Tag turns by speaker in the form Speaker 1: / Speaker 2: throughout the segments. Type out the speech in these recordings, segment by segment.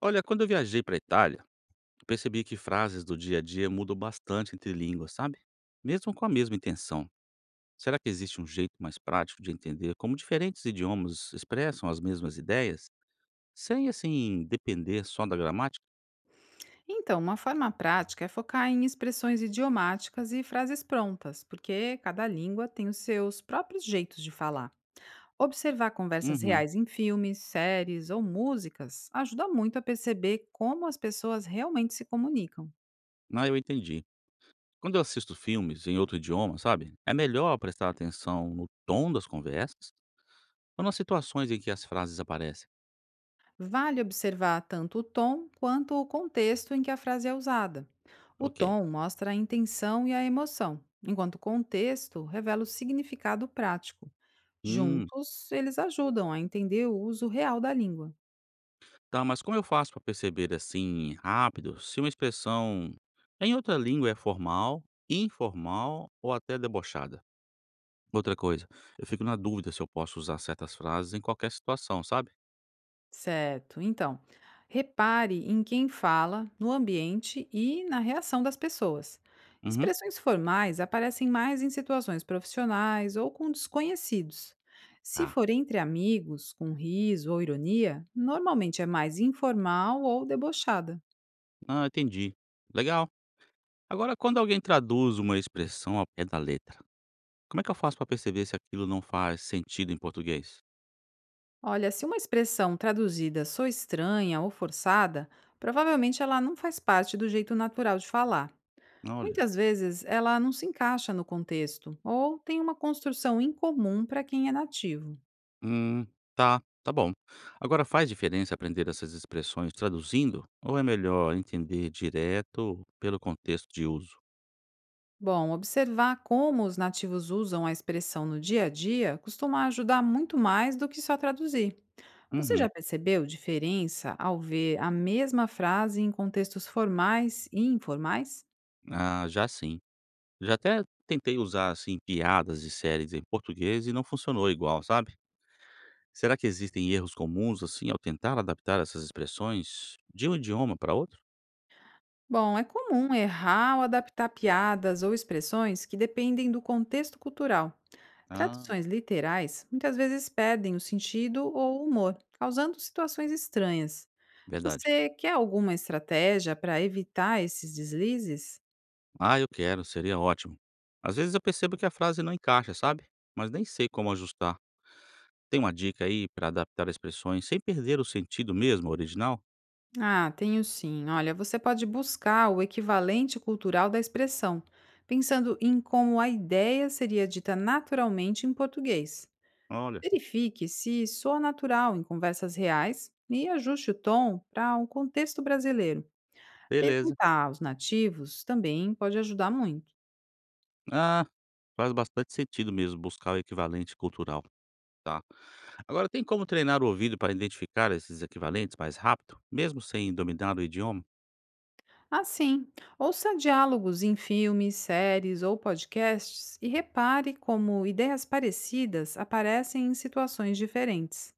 Speaker 1: Olha, quando eu viajei para a Itália, percebi que frases do dia a dia mudam bastante entre línguas, sabe? Mesmo com a mesma intenção. Será que existe um jeito mais prático de entender como diferentes idiomas expressam as mesmas ideias, sem depender só da gramática?
Speaker 2: Então, uma forma prática é focar em expressões idiomáticas e frases prontas, porque cada língua tem os seus próprios jeitos de falar. Observar conversas
Speaker 1: Uhum.
Speaker 2: reais em filmes, séries ou músicas ajuda muito a perceber como as pessoas realmente se comunicam.
Speaker 1: Ah, eu entendi. Quando eu assisto filmes em outro idioma, sabe? É melhor prestar atenção no tom das conversas ou nas situações em que as frases aparecem.
Speaker 2: Vale observar tanto o tom quanto o contexto em que a frase é usada. O
Speaker 1: Ok.
Speaker 2: tom mostra a intenção e a emoção, enquanto o contexto revela o significado prático.
Speaker 1: Hum,
Speaker 2: Juntos, eles ajudam a entender o uso real da língua.
Speaker 1: Tá, mas como eu faço para perceber assim rápido se uma expressão em outra língua é formal, informal ou até debochada? Outra coisa, eu fico na dúvida se eu posso usar certas frases em qualquer situação, sabe?
Speaker 2: Certo. Então, repare em quem fala, no ambiente e na reação das pessoas.
Speaker 1: Uhum.
Speaker 2: Expressões formais aparecem mais em situações profissionais ou com desconhecidos. Se
Speaker 1: Tá.
Speaker 2: for entre amigos, com riso ou ironia, normalmente é mais informal ou debochada.
Speaker 1: Ah, entendi. Legal. Agora, quando alguém traduz uma expressão ao pé da letra, como é que eu faço para perceber se aquilo não faz sentido em português?
Speaker 2: Olha, se uma expressão traduzida sou estranha ou forçada, provavelmente ela não faz parte do jeito natural de falar.
Speaker 1: Olha.
Speaker 2: Muitas vezes ela não se encaixa no contexto ou tem uma construção incomum para quem é nativo.
Speaker 1: Hum, tá, tá bom. Agora faz diferença aprender essas expressões traduzindo ou é melhor entender direto pelo contexto de uso?
Speaker 2: Bom, observar como os nativos usam a expressão no dia a dia costuma ajudar muito mais do que só traduzir. Você já
Speaker 1: Uhum.
Speaker 2: percebeu diferença ao ver a mesma frase em contextos formais e informais?
Speaker 1: Ah, já sim. Já até tentei usar assim piadas de séries em português e não funcionou igual, sabe? Será que existem erros comuns assim ao tentar adaptar essas expressões de um idioma para outro?
Speaker 2: Bom, é comum errar ou adaptar piadas ou expressões que dependem do contexto cultural.
Speaker 1: Ah,
Speaker 2: Traduções literais muitas vezes perdem o sentido ou o humor, causando situações estranhas.
Speaker 1: verdade.
Speaker 2: Você quer alguma estratégia para evitar esses deslizes?
Speaker 1: Ah, eu quero, seria ótimo. Às vezes eu percebo que a frase não encaixa, sabe? Mas nem sei como ajustar. Tem uma dica aí para adaptar expressões sem perder o sentido mesmo original?
Speaker 2: Ah, tenho sim. Olha, você pode buscar o equivalente cultural da expressão, pensando em como a ideia seria dita naturalmente em português.
Speaker 1: Olha,
Speaker 2: Verifique se soa natural em conversas reais e ajuste o tom para o contexto brasileiro.
Speaker 1: beleza.
Speaker 2: Perguntar aos nativos também pode ajudar muito.
Speaker 1: Ah, faz bastante sentido mesmo buscar o equivalente cultural, tá? Agora, tem como treinar o ouvido para identificar esses equivalentes mais rápido, mesmo sem dominar o idioma?
Speaker 2: Assim, ouça diálogos em filmes, séries ou podcasts e repare como ideias parecidas aparecem em situações diferentes.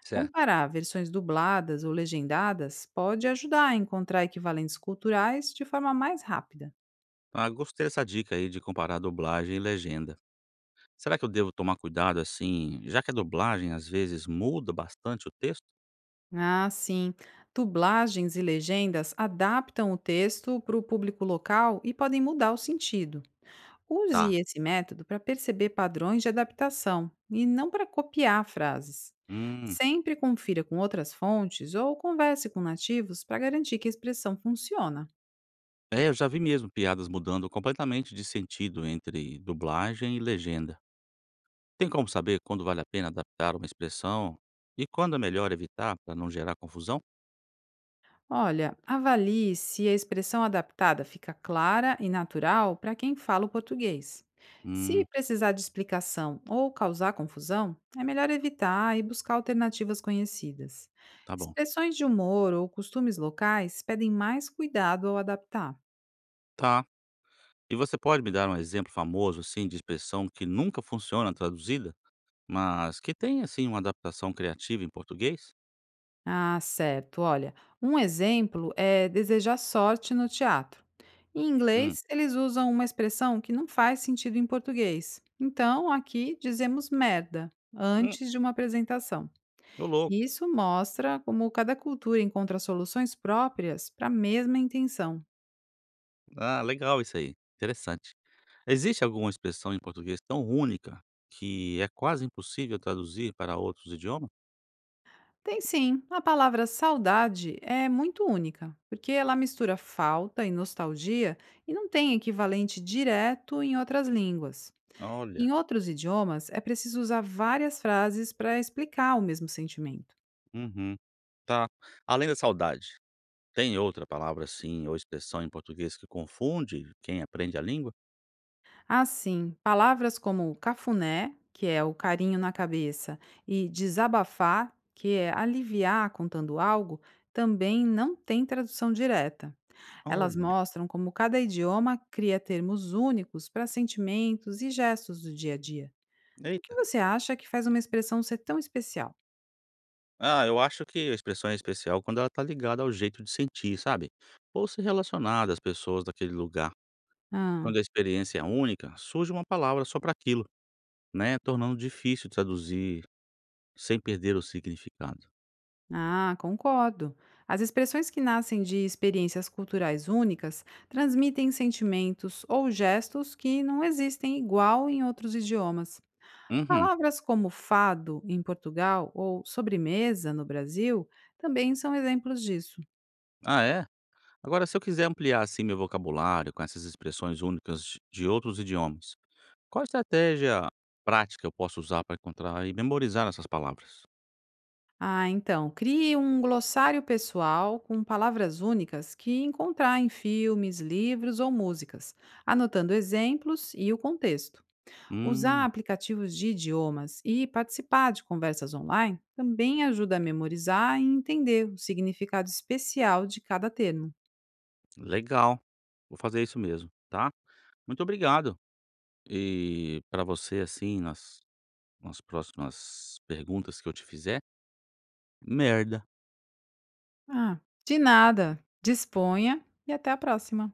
Speaker 1: Certo.
Speaker 2: Comparar versões dubladas ou legendadas pode ajudar a encontrar equivalentes culturais de forma mais rápida.
Speaker 1: Ah, gostei dessa dica aí de comparar dublagem e legenda. Será que eu devo tomar cuidado assim, já que a dublagem às vezes muda bastante o texto?
Speaker 2: Ah, sim. Dublagens e legendas adaptam o texto para o público local e podem mudar o sentido.
Speaker 1: Tá.
Speaker 2: Use esse método para perceber padrões de adaptação e não para copiar frases.
Speaker 1: Hum,
Speaker 2: Sempre confira com outras fontes ou converse com nativos para garantir que a expressão funciona.
Speaker 1: É, eu já vi mesmo piadas mudando completamente de sentido entre dublagem e legenda. Tem como saber quando vale a pena adaptar uma expressão e quando é melhor evitar para não gerar confusão?
Speaker 2: Olha, avalie se a expressão adaptada fica clara e natural para quem fala o português. Se
Speaker 1: Hum,
Speaker 2: precisar de explicação ou causar confusão, é melhor evitar e buscar alternativas conhecidas.
Speaker 1: tá bom.
Speaker 2: Expressões de humor ou costumes locais pedem mais cuidado ao adaptar.
Speaker 1: Tá. E você pode me dar um exemplo famoso assim de expressão que nunca funciona traduzida, mas que tem assim uma adaptação criativa em português?
Speaker 2: Ah, certo. Olha, um exemplo é desejar sorte no teatro. Em
Speaker 1: Hum.
Speaker 2: inglês, eles usam uma expressão que não faz sentido em português. Então, aqui dizemos merda
Speaker 1: Hum,
Speaker 2: antes de uma apresentação.
Speaker 1: ô louco.
Speaker 2: Isso mostra como cada cultura encontra soluções próprias para a mesma intenção.
Speaker 1: Ah, legal isso aí. Interessante. Existe alguma expressão em português tão única que é quase impossível traduzir para outros idiomas?
Speaker 2: Tem sim, a palavra saudade é muito única, porque ela mistura falta e nostalgia e não tem equivalente direto em outras línguas. Em
Speaker 1: Olha,
Speaker 2: outros idiomas, é preciso usar várias frases para explicar o mesmo sentimento.
Speaker 1: uhum, tá. Além da saudade, tem outra palavra assim ou expressão em português que confunde quem aprende a língua?
Speaker 2: Assim, palavras como cafuné, que é o carinho na cabeça, e desabafar, que é aliviar contando algo, também não têm tradução direta. Elas
Speaker 1: Olha,
Speaker 2: mostram como cada idioma cria termos únicos para sentimentos e gestos do dia a dia. O que
Speaker 1: eita.
Speaker 2: você acha que faz uma expressão ser tão especial?
Speaker 1: Ah, eu acho que a expressão é especial quando ela tá ligada ao jeito de sentir, sabe? Ou se relacionar às pessoas daquele lugar.
Speaker 2: Ah.
Speaker 1: Quando a experiência é única, surge uma palavra só para aquilo, né? Tornando difícil traduzir sem perder o significado.
Speaker 2: Ah, concordo. As expressões que nascem de experiências culturais únicas transmitem sentimentos ou gestos que não existem igual em outros idiomas.
Speaker 1: Uhum.
Speaker 2: Palavras como fado em Portugal ou sobremesa no Brasil também são exemplos disso.
Speaker 1: Ah, é? Agora, se eu quiser ampliar assim meu vocabulário com essas expressões únicas de outros idiomas, qual estratégia prática eu posso usar para encontrar e memorizar essas palavras?
Speaker 2: Ah, então, crie um glossário pessoal com palavras únicas que encontrar em filmes, livros ou músicas, anotando exemplos e o contexto. Usar
Speaker 1: Hum,
Speaker 2: aplicativos de idiomas e participar de conversas online também ajuda a memorizar e entender o significado especial de cada termo.
Speaker 1: legal. Vou fazer isso mesmo, tá? Muito obrigado. E para você, assim, nas próximas perguntas que eu te fizer, merda.
Speaker 2: Ah, de nada. Disponha e até a próxima.